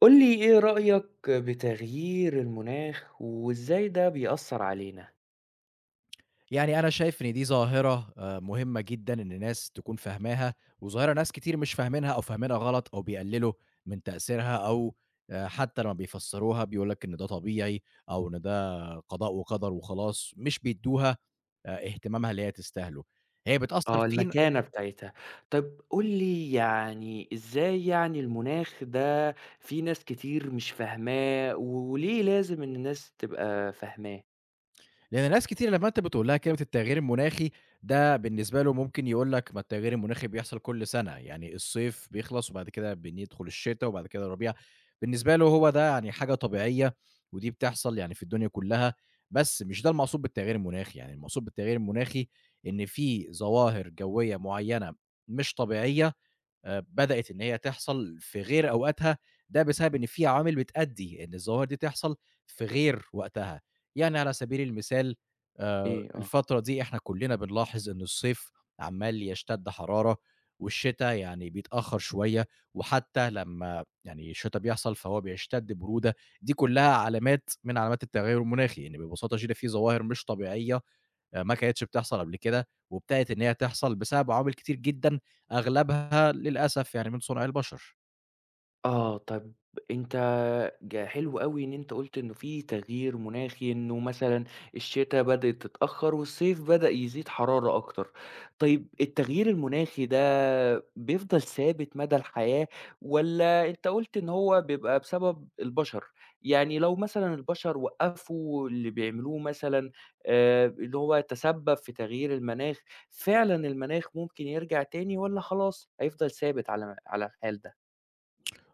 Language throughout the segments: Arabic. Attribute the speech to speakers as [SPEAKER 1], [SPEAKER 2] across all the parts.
[SPEAKER 1] قُل لي إيه رأيك بتغيير المناخ وإزاي ده بيأثّر علينا؟
[SPEAKER 2] يعني أنا شايف إن دي ظاهرة مهمة جدًا إن الناس تكون فاهماها، وظاهرة ناس كتير مش فاهمينها أو فاهمينها غلط أو بيقللوا من تأثيرها أو حتى لمّا بيفسّروها بيقول لك إن ده طبيعي أو إن ده قضاء وقدر وخلاص، مش بيدّوها اهتمامها اللي هي تستاهله. هي بتأثّر
[SPEAKER 1] آه،
[SPEAKER 2] فين؟
[SPEAKER 1] المكانة بتاعتها. طَب قُل لي يعني إزاي يعني المناخ ده في ناس كتير مش فاهماه، وليه لازم إن الناس تبقى فاهماه؟
[SPEAKER 2] لأن ناس كتير لمّا أنت بتقول لها كلمة التغيير المناخي، ده بالنسبة له ممكن يقول لك: "ما التغيير المناخي بيحصل كل سنة، يعني الصيف بيخلص وبعد كده بندخل الشتا وبعد كده الربيع." بالنسبة له هو ده يعني حاجة طبيعية ودي بتحصل يعني في الدنيا كلّها، بس مش ده المقصود بالتغيير المناخي، يعني المقصود بالتغيير المناخي إن في ظواهر جوية معيّنة مش طبيعية بدأت إن هي تحصل في غير أوقاتها، ده بسبب إن في عوامل بتأدّي إن الظواهر دي تحصل في غير وقتها، يعني على سبيل المثال
[SPEAKER 1] إيه آه.
[SPEAKER 2] الفترة دي إحنا كلّنا بنلاحظ إن الصيف عمّال يشتد حرارة، والشتا يعني بيتأخّر شوية، وحتى لمّا يعني الشتا بيحصل فهو بيشتد برودة، دي كلّها علامات من علامات التغيّر المناخي، إن ببساطة شديدة في ظواهر مش طبيعية ما كانتش بتحصل قبل كده، وابتدت إن هي تحصل بسبب عوامل كتير جدًا أغلبها للأسف يعني من صنع البشر.
[SPEAKER 1] آه، طَب أنت حلو أوي إن أنت قُلت إنه في تغيير مناخي، إنه مثلًا الشتا بدأت تتأخّر والصيف بدأ يزيد حرارة أكتر. طيب التغيير المناخي ده بيفضل ثابت مدى الحياة والّا أنت قُلت إن هو بيبقى بسبب البشر، يعني لو مثلًا البشر وقّفوا اللي بيعملوه مثلًا اللي هو تسبّب في تغيير المناخ، فعلًا المناخ ممكن يرجع تاني والّا خلاص هيفضل ثابت على الحال ده؟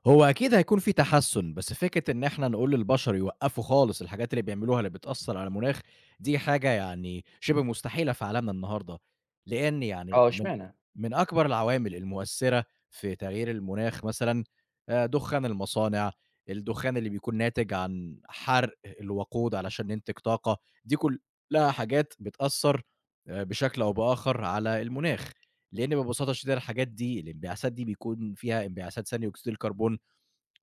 [SPEAKER 2] هو أكيد هيكون في تحسُّن، بس فكرة إن إحنا نقول للبشر يوقّفوا خالص الحاجات اللي بيعملوها اللي بتأثّر على المناخ، دي حاجة يعني شِبه مستحيلة في عالمنا النهارده، لإن يعني
[SPEAKER 1] آه،
[SPEAKER 2] من
[SPEAKER 1] اشمعنى؟
[SPEAKER 2] من أكبر العوامل المؤثّرة في تغيير المناخ مثلًا، دُخّان المصانع، الدُخّان اللي بيكون ناتج عن حَرْق الوقود علشان ننتج طاقة، دي كلّها حاجات بتأثّر، بشكل أو بآخر على المناخ، لإن ببساطة شديدة الحاجات دي الانبعاثات دي بيكون فيها انبعاثات ثاني أكسيد الكربون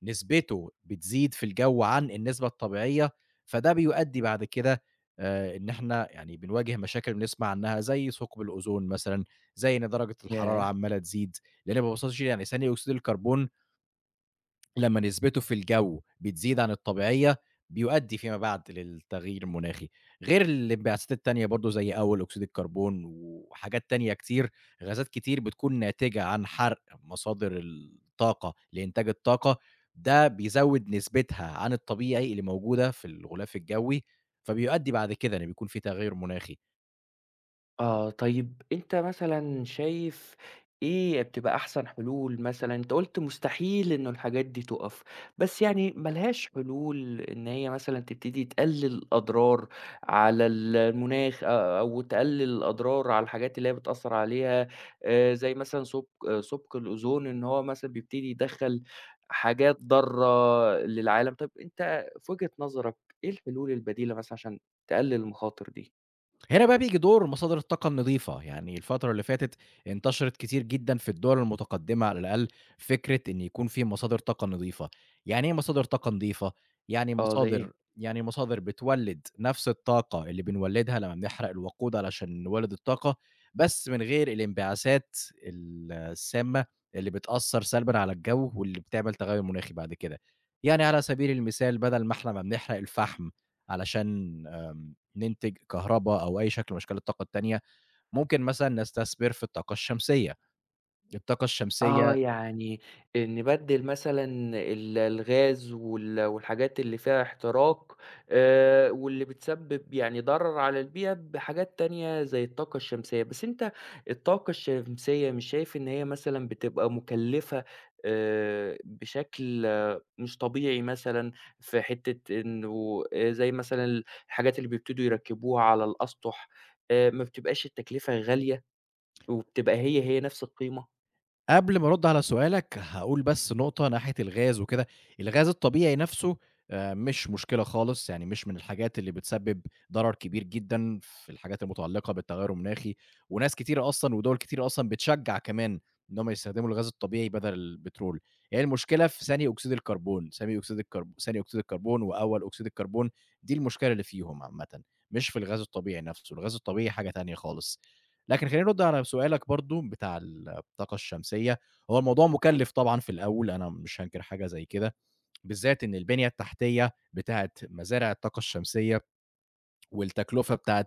[SPEAKER 2] نسبته بتزيد في الجو عن النسبة الطبيعية، فده بيؤدّي بعد كده إن إحنا يعني بنواجه مشاكل بنسمع عنها زي ثقب الأوزون مثلًا، زي إن درجة الحرارة
[SPEAKER 1] ياه!
[SPEAKER 2] عمّالة تزيد، لإن ما باظبطش يعني ثاني أكسيد الكربون لمّا نسبته في الجو بتزيد عن الطبيعية، بيؤدي فيما بعد للتغيير المناخي، غير الانبعاثات التانية برضه زي أول أكسيد الكربون وحاجات تانية كتير، غازات كتير بتكون ناتجة عن حرق مصادر الطاقة لإنتاج الطاقة، ده بيزوّد نسبتها عن الطبيعي اللي موجودة في الغلاف الجوي، فبيؤدي بعد كده إن بيكون في تغير مناخي.
[SPEAKER 1] آه، طيب أنت مثلًا شايف إيه بتبقى أحسن حلول مثلًا؟ أنت قُلت مستحيل إنه الحاجات دي تُقف، بس يعني ما لهاش حلول إن هي مثلًا تبتدي تقلل أضرار على ال المناخ أو تقلل الأضرار على الحاجات اللي هي بتأثّر عليها زي مثلًا ثُقب آه، ثُقب الأوزون إن هو مثلًا بيبتدي يدخّل حاجات ضارة للعالم، طب أنت في وجهة نظرك إيه الحلول البديلة مثلًا عشان تقلل المخاطر دي؟
[SPEAKER 2] هنا بقى بييجي دور مصادر الطاقة النظيفة، يعني الفترة اللي فاتت انتشرت كتير جدًا في الدول المتقدمة على الأقل فكرة إن يكون في مصادر طاقة نظيفة، يعني إيه مصادر طاقة نظيفة؟ يعني
[SPEAKER 1] آه، زي إيه؟
[SPEAKER 2] مصادر يعني مصادر بتولد نفس الطاقة اللي بنولدها لمّا بنحرق الوقود علشان نولد الطاقة، بس من غير الانبعاثات السامة اللي بتأثّر سلبًا على الجو واللي بتعمل تغيُّر مناخي بعد كده، يعني على سبيل المثال بدل ما إحنا ما بنحرق الفحم علشان ننتج كهربا أو أي شكل من أشكال الطاقة التانية، ممكن مثلًا نستثمر في الطاقة الشمسية، الطاقة
[SPEAKER 1] آه،
[SPEAKER 2] الشمسية.
[SPEAKER 1] يعني نبدِّل مثلًا ال الغاز وال والحاجات اللي فيها احتراق واللي بتسبِّب يعني ضرر على البيئة بحاجات تانية زي الطاقة الشمسية، بس أنت الطاقة الشمسية مش شايف إن هي مثلًا بتبقى مُكلِّفة بشكل مش طبيعي مثلًا في حتّة إنه زي مثلًا الحاجات اللي بيبتدوا يركّبوها على الأسطح ما بتبقاش التكلفة غالية وبتبقى هي نَفْس القيمة؟
[SPEAKER 2] قبل ما أرُد على سؤالك، هاقول بس نقطة ناحية الغاز وكده، الغاز الطبيعي نَفْسه مش مشكلة خالص، يعني مش من الحاجات اللي بتسبب ضرر كبير جدًا في الحاجات المتعلقة بالتغيُّر المناخي، وناس كتيرة أصلًا ودول كتيرة أصلًا بتشجّع كمان إن هُم يستخدموا الغاز الطبيعي بدل البترول، هي المشكلة في ثاني أكسيد الكربون، ثاني أكسيد الكربون وأول أكسيد الكربون، دي المشكلة اللي فيهم عامةً، مش في الغاز الطبيعي نَفْسه، الغاز الطبيعي حاجة تانية خالص. لكن خلّيني أرُد على سؤالك برضه بتاع الطاقة الشمسية، هو الموضوع مُكلِّف طبعًا في الأول، أنا مش هانكر حاجة زي كده، بالذات إن البنية التحتية بتاعة مزارع الطاقة الشمسية والتكلفة بتاعة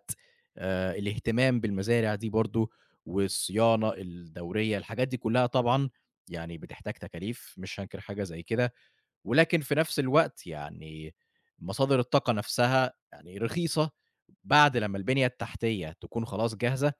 [SPEAKER 2] الاهتمام بالمزارع دي برضه والصيانة الدورية، الحاجات دي كُلّها طبعًا يعني بتحتاج تكاليف، مش هانكر حاجة زي كده، ولكن في نفس الوقت يعني مصادر الطاقة نفسها يعني رخيصة بعد لمّا البنية التحتية تكون خلاص جاهزة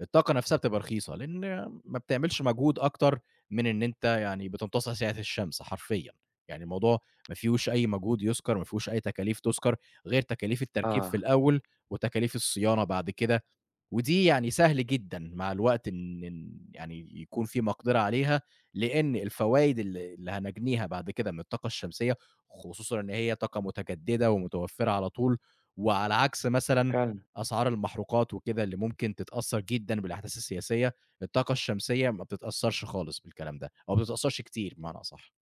[SPEAKER 2] الطاقة نفسها بتبقى رخيصة، لإن ما بتعملش مجهود أكتر من إن أنت يعني بتمتص أشعة الشمس حرفيًا، يعني الموضوع ما فيهوش أي مجهود يُذكر، ما فيهوش أي تكاليف تُذكر، غير تكاليف التركيب في
[SPEAKER 1] آه،
[SPEAKER 2] الأول وتكاليف الصيانة بعد كده. ودي يعني سهل جدًا مع الوقت إن يعني يكون في مقدرة عليها، لإن الفوايد اللي هنجنيها بعد كده من الطاقة الشمسية، خصوصًا إن هي طاقة متجددة ومتوفرة على طول، وعلى عكس مثلًا
[SPEAKER 1] فعلًا.
[SPEAKER 2] أسعار المحروقات وكده اللي ممكن تتأثر جدًا بالأحداث السياسية، الطاقة الشمسية ما بتتأثرش خالص بالكلام ده، أو ما بتتأثرش كتير بمعنى أصح.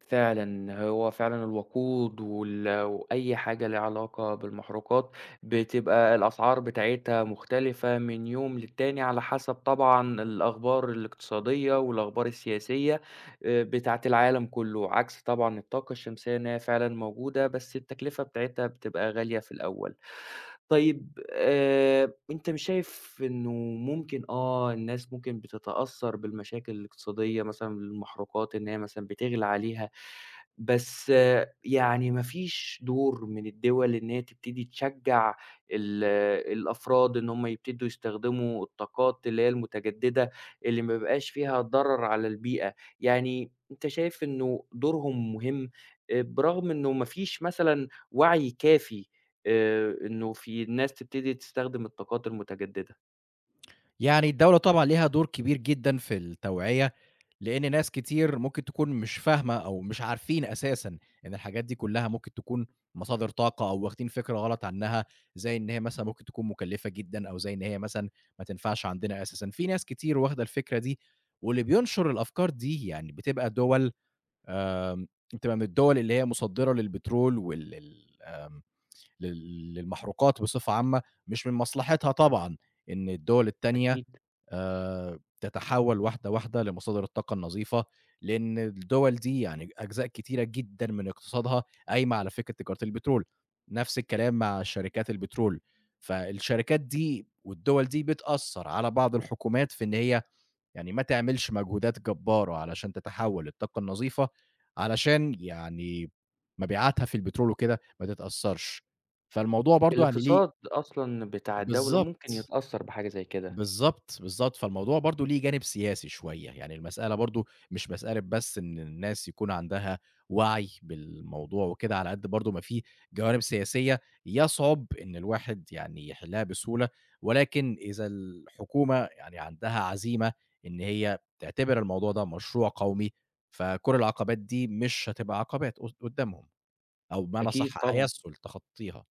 [SPEAKER 1] فعلًا، هو فعلًا الوقود وال وأي حاجة ليها علاقة بالمحروقات، بتبقى الأسعار بتاعتها مختلفة من يوم للتاني على حسب طبعًا الأخبار الاقتصادية والأخبار السياسية بتاعة العالم كله، عكس طبعًا الطاقة الشمسية إن هي فعلًا موجودة، بس التكلفة بتاعتها بتبقى غالية في الأول. طيب أنت مش شايف إنه ممكن آه، الناس ممكن بتتأثّر بالمشاكل الاقتصادية مثلًا، المحروقات إن هي مثلًا بتغلى عليها، بس آه، يعني ما فيش دور من الدول إن هي تبتدي تشجّع ال الأفراد إن هم يبتدوا يستخدموا الطاقات اللي هي المتجددة، اللي ما بيبقاش فيها ضرر على البيئة، يعني أنت شايف إنه دورهم مهم، برغم إنه ما فيش مثلًا وعي كافي؟ إنه في ناس تبتدي تستخدم الطاقات المتجددة،
[SPEAKER 2] يعني الدولة طبعًا ليها دور كبير جدًا في التوعية، لإن ناس كتير ممكن تكون مش فاهمة أو مش عارفين أساسًا إن الحاجات دي كلّها ممكن تكون مصادر طاقة أو واخدين فكرة غلط عنّها، زي إن هي مثلًا ممكن تكون مكلّفة جدًا أو زي إن هي مثلًا ما تنفعش عندنا أساسًا، في ناس كتير واخدة الفكرة دي، واللي بينشر الأفكار دي يعني بتبقى دول آمم، بتبقى من الدول اللي هي مصدّرة للبترول وال لل آمم، لل للمحروقات بصفة عامة، مش من مصلحتها طبعًا إن الدول التانية
[SPEAKER 1] أكيد.
[SPEAKER 2] تتحول واحدة واحدة لمصادر الطاقة النظيفة، لأن الدول دي يعني أجزاء كتيرة جدًا من اقتصادها قايمة على فكرة تجارة البترول، نفس الكلام مع شركات البترول، فالشركات دي والدول دي بتأثّر على بعض الحكومات في إن هي يعني ما تعملش مجهودات جبارة علشان تتحول للطاقة النظيفة، علشان يعني مبيعاتها في البترول وكده ما تتأثّرش، فالموضوع برضه يعني ليه
[SPEAKER 1] الاقتصاد أصلًا بتاع الدولة ممكن
[SPEAKER 2] بالضبط.
[SPEAKER 1] يتأثّر بحاجة زي كده،
[SPEAKER 2] بالضبط، بالضبط، فالموضوع برضه ليه جانب سياسي شوية، يعني المسألة برضه مش مسألة بس إن الناس يكون عندها وعي بالموضوع وكده، على قد برضه ما في جوانب سياسية يصعب إن الواحد يعني يحلها بسهولة، ولكن إذا الحكومة يعني عندها عزيمة إن هي تعتبر الموضوع ده مشروع قومي، فكل العقبات دي مش هتبقى عقبات قدّامهم، أو بمعنى
[SPEAKER 1] أكيد
[SPEAKER 2] أصح
[SPEAKER 1] طبعًا.
[SPEAKER 2] هيسهل تخطيها.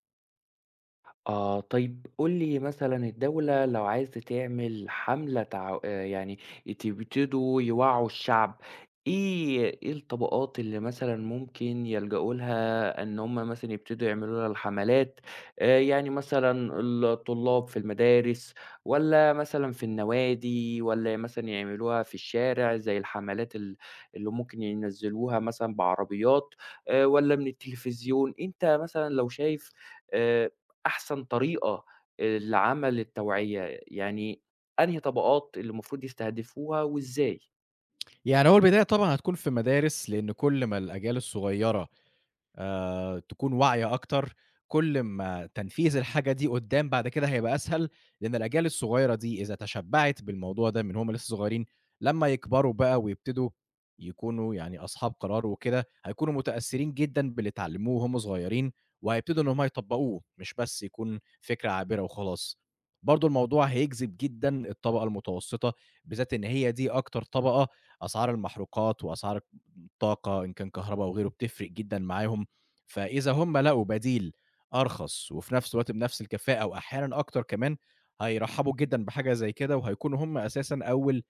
[SPEAKER 1] آه، طيب قُل لي مثلًا الدولة لو عايزة تعمل حملة تعو يعني تبتدوا يوعّوا الشعب، إيه الطبقات اللي مثلًا ممكن يلجأوا لها إن هم مثلًا يبتدوا يعملوا لها الحملات، يعني مثلًا الطلاب في المدارس والّا مثلًا في النوادي والّا مثلًا يعملوها في الشارع زي الحملات ال اللي ممكن ينزّلوها مثلًا بعربيات والّا من التلفزيون؟ أنت مثلًا لو شايف آآ أحسن طريقة لعمل التوعية، يعني أنهي طبقات اللي المفروض يستهدفوها وإزاي؟
[SPEAKER 2] يعني هو البداية طبعًا هتكون في مدارس، لإن كل ما الأجيال الصغيرة تكون واعية أكتر، كل ما تنفيذ الحاجة دي قدّام بعد كده هيبقى أسهل، لإن الأجيال الصغيرة دي إذا تشبّعت بالموضوع ده من وهُم لسه صغيرين، لمّا يكبروا بقى ويبتدوا يكونوا يعني أصحاب قرار وكده، هيكونوا متأثّرين جدًا باللي اتعلّموه وهُم صغيرين، وهيبتدوا إن هُم يطبّقوه، مش بس يكون فكرة عابرة وخلاص. برضه الموضوع هيجذب جدًا الطبقة المتوسطة، بالذات إن هي دي أكتر طبقة أسعار المحروقات وأسعار الطاقة إن كان كهربا أو غيره بتفرق جدًا معاهم. فإذا هم لقوا بديل أرخص وفي نفس الوقت بنفس الكفاءة وأحيانًا أكتر كمان، هيرحّبوا جدًا بحاجة زي كده وهيكونوا هم أساسًا أول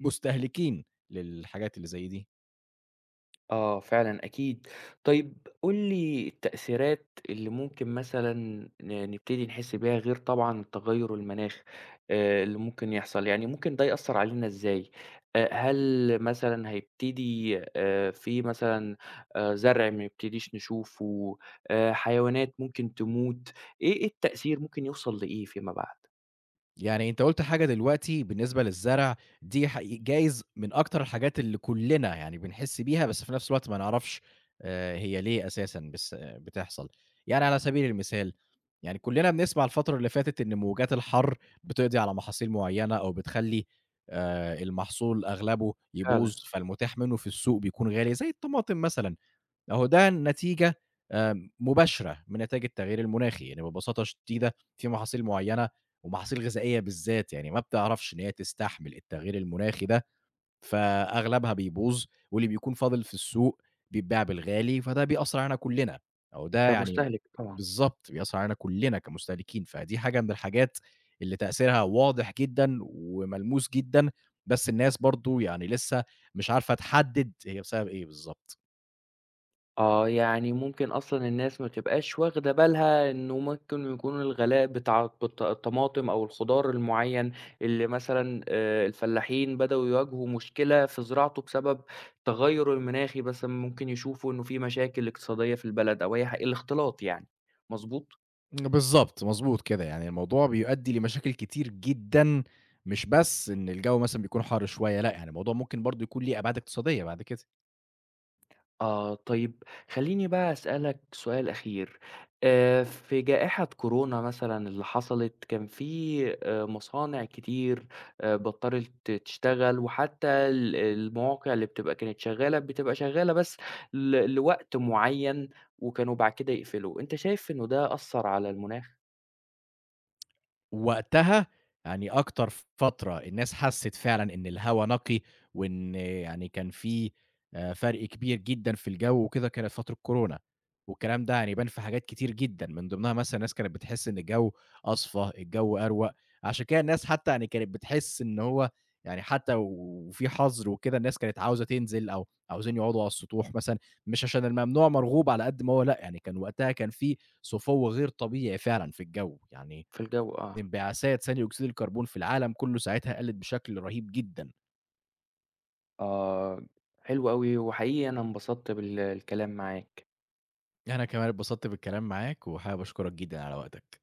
[SPEAKER 2] مستهلكين للحاجات اللي زي دي.
[SPEAKER 1] آه فعلًا أكيد. طيب قُل لي التأثيرات اللي ممكن مثلًا نبتدي نحس بيها غير طبعًا التغيُّر المناخي اللي ممكن يحصل، يعني ممكن ده يأثّر علينا إزاي؟ هل مثلًا هيبتدي في مثلًا زرع ما نبتديش نشوفه، حيوانات ممكن تموت، إيه التأثير ممكن يوصل لإيه فيما بعد؟
[SPEAKER 2] يعني أنت قُلت حاجة دلوقتي بالنسبة للزرع، دي حقي جايز من أكتر الحاجات اللي كُلّنا يعني بنحس بيها، بس في نفس الوقت ما نعرفش هي ليه أساسًا بس آه، بتحصل. يعني على سبيل المثال، يعني كُلّنا بنسمع الفترة اللي فاتت إن موجات الحَر بتقضي على محاصيل معيّنة أو بتخلّي المحصول أغلبه يبوظ،
[SPEAKER 1] فعلًا،
[SPEAKER 2] فالمتاح منه في السوق بيكون غالي زي الطماطم مثلًا. أهو ده نتيجة مباشرة من نتايج التغيير المناخي، يعني ببساطة شديدة في محاصيل معيّنة ومحاصيل غذائية بالذات يعني ما بتعرفش إن هي تستحمل التغيير المناخي ده، فأغلبها بيبوظ واللي بيكون فاضل في السوق بيتباع بالغالي، فده بيأثّر علينا كُلّنا، أهو ده يعني
[SPEAKER 1] كمستهلك طبعًا.
[SPEAKER 2] بالضبط، بيأثّر علينا كُلّنا كمستهلكين، فدي حاجة من الحاجات اللي تأثيرها واضح جدًا وملموس جدًا، بس الناس برضه يعني لسه مش عارفة تحدد هي بسبب إيه بالضبط.
[SPEAKER 1] آه، يعني ممكن أصلًا الناس ما تبقاش واخدة بالها إنه ممكن يكون الغلاء بتاع الط الطماطم أو الخضار المُعيّن اللي مثلًا الفلاحين بدأوا يواجهوا مشكلة في زراعته بسبب التغيُّر المناخي مثلًا ممكن يشوفوا إنه في مشاكل اقتصادية في البلد أو أي ح الاختلاط يعني، مضبوط؟
[SPEAKER 2] بالضبط، مضبوط كده، يعني الموضوع بيؤدّي لمشاكل كتير جدًا، مش بس إن الجو مثلًا بيكون حَر شوية، لأ، يعني الموضوع ممكن برضه يكون ليه أبعاد اقتصادية بعد كده.
[SPEAKER 1] آه، طيب خلّيني بقى أسألك سؤال أخير، في جائحة كورونا مثلًا اللي حصلت، كان في مصانع كتير بطّلت تشتغل، وحتى ال المواقع اللي بتبقى كانت شغّالة، بتبقى شغّالة بس ل لوقت معيّن، وكانوا بعد كده يقفلوا، أنت شايف إنه ده أثّر على المناخ
[SPEAKER 2] وقتها يعني أكتر فترة الناس حسِّت فعلًا إن الهوا نقي، وإن يعني كان في فرْق كبير جدًا في الجو وكده، كانت فترة كورونا، والكلام ده يعني يبان في حاجات كتير جدًا، من ضمنها مثلًا الناس كانت بتحس إن الجو أصفى، الجو أروَق، عشان كده الناس حتى يعني كانت بتحس إن هو يعني حتى وفي حَظر وكده، الناس كانت عاوزة تنزل أو عاوزين يقعدوا على السطوح مثلًا، مش عشان الممنوع مرغوب على قد ما هو لأ، يعني كان وقتها كان في صفو غير طبيعي فعلًا في الجو، يعني
[SPEAKER 1] في الجو آه،
[SPEAKER 2] انبعاثات ثاني أكسيد الكربون في العالم كله ساعتها قَلّت بشكل رهيب جدًا.
[SPEAKER 1] آه، حلو أوي، وحقيقي أنا انبسطت بال الكلام معاك.
[SPEAKER 2] أنا كمان اتبسطت بالكلام معاك، وحابب أشكرك جدًا على وقتك.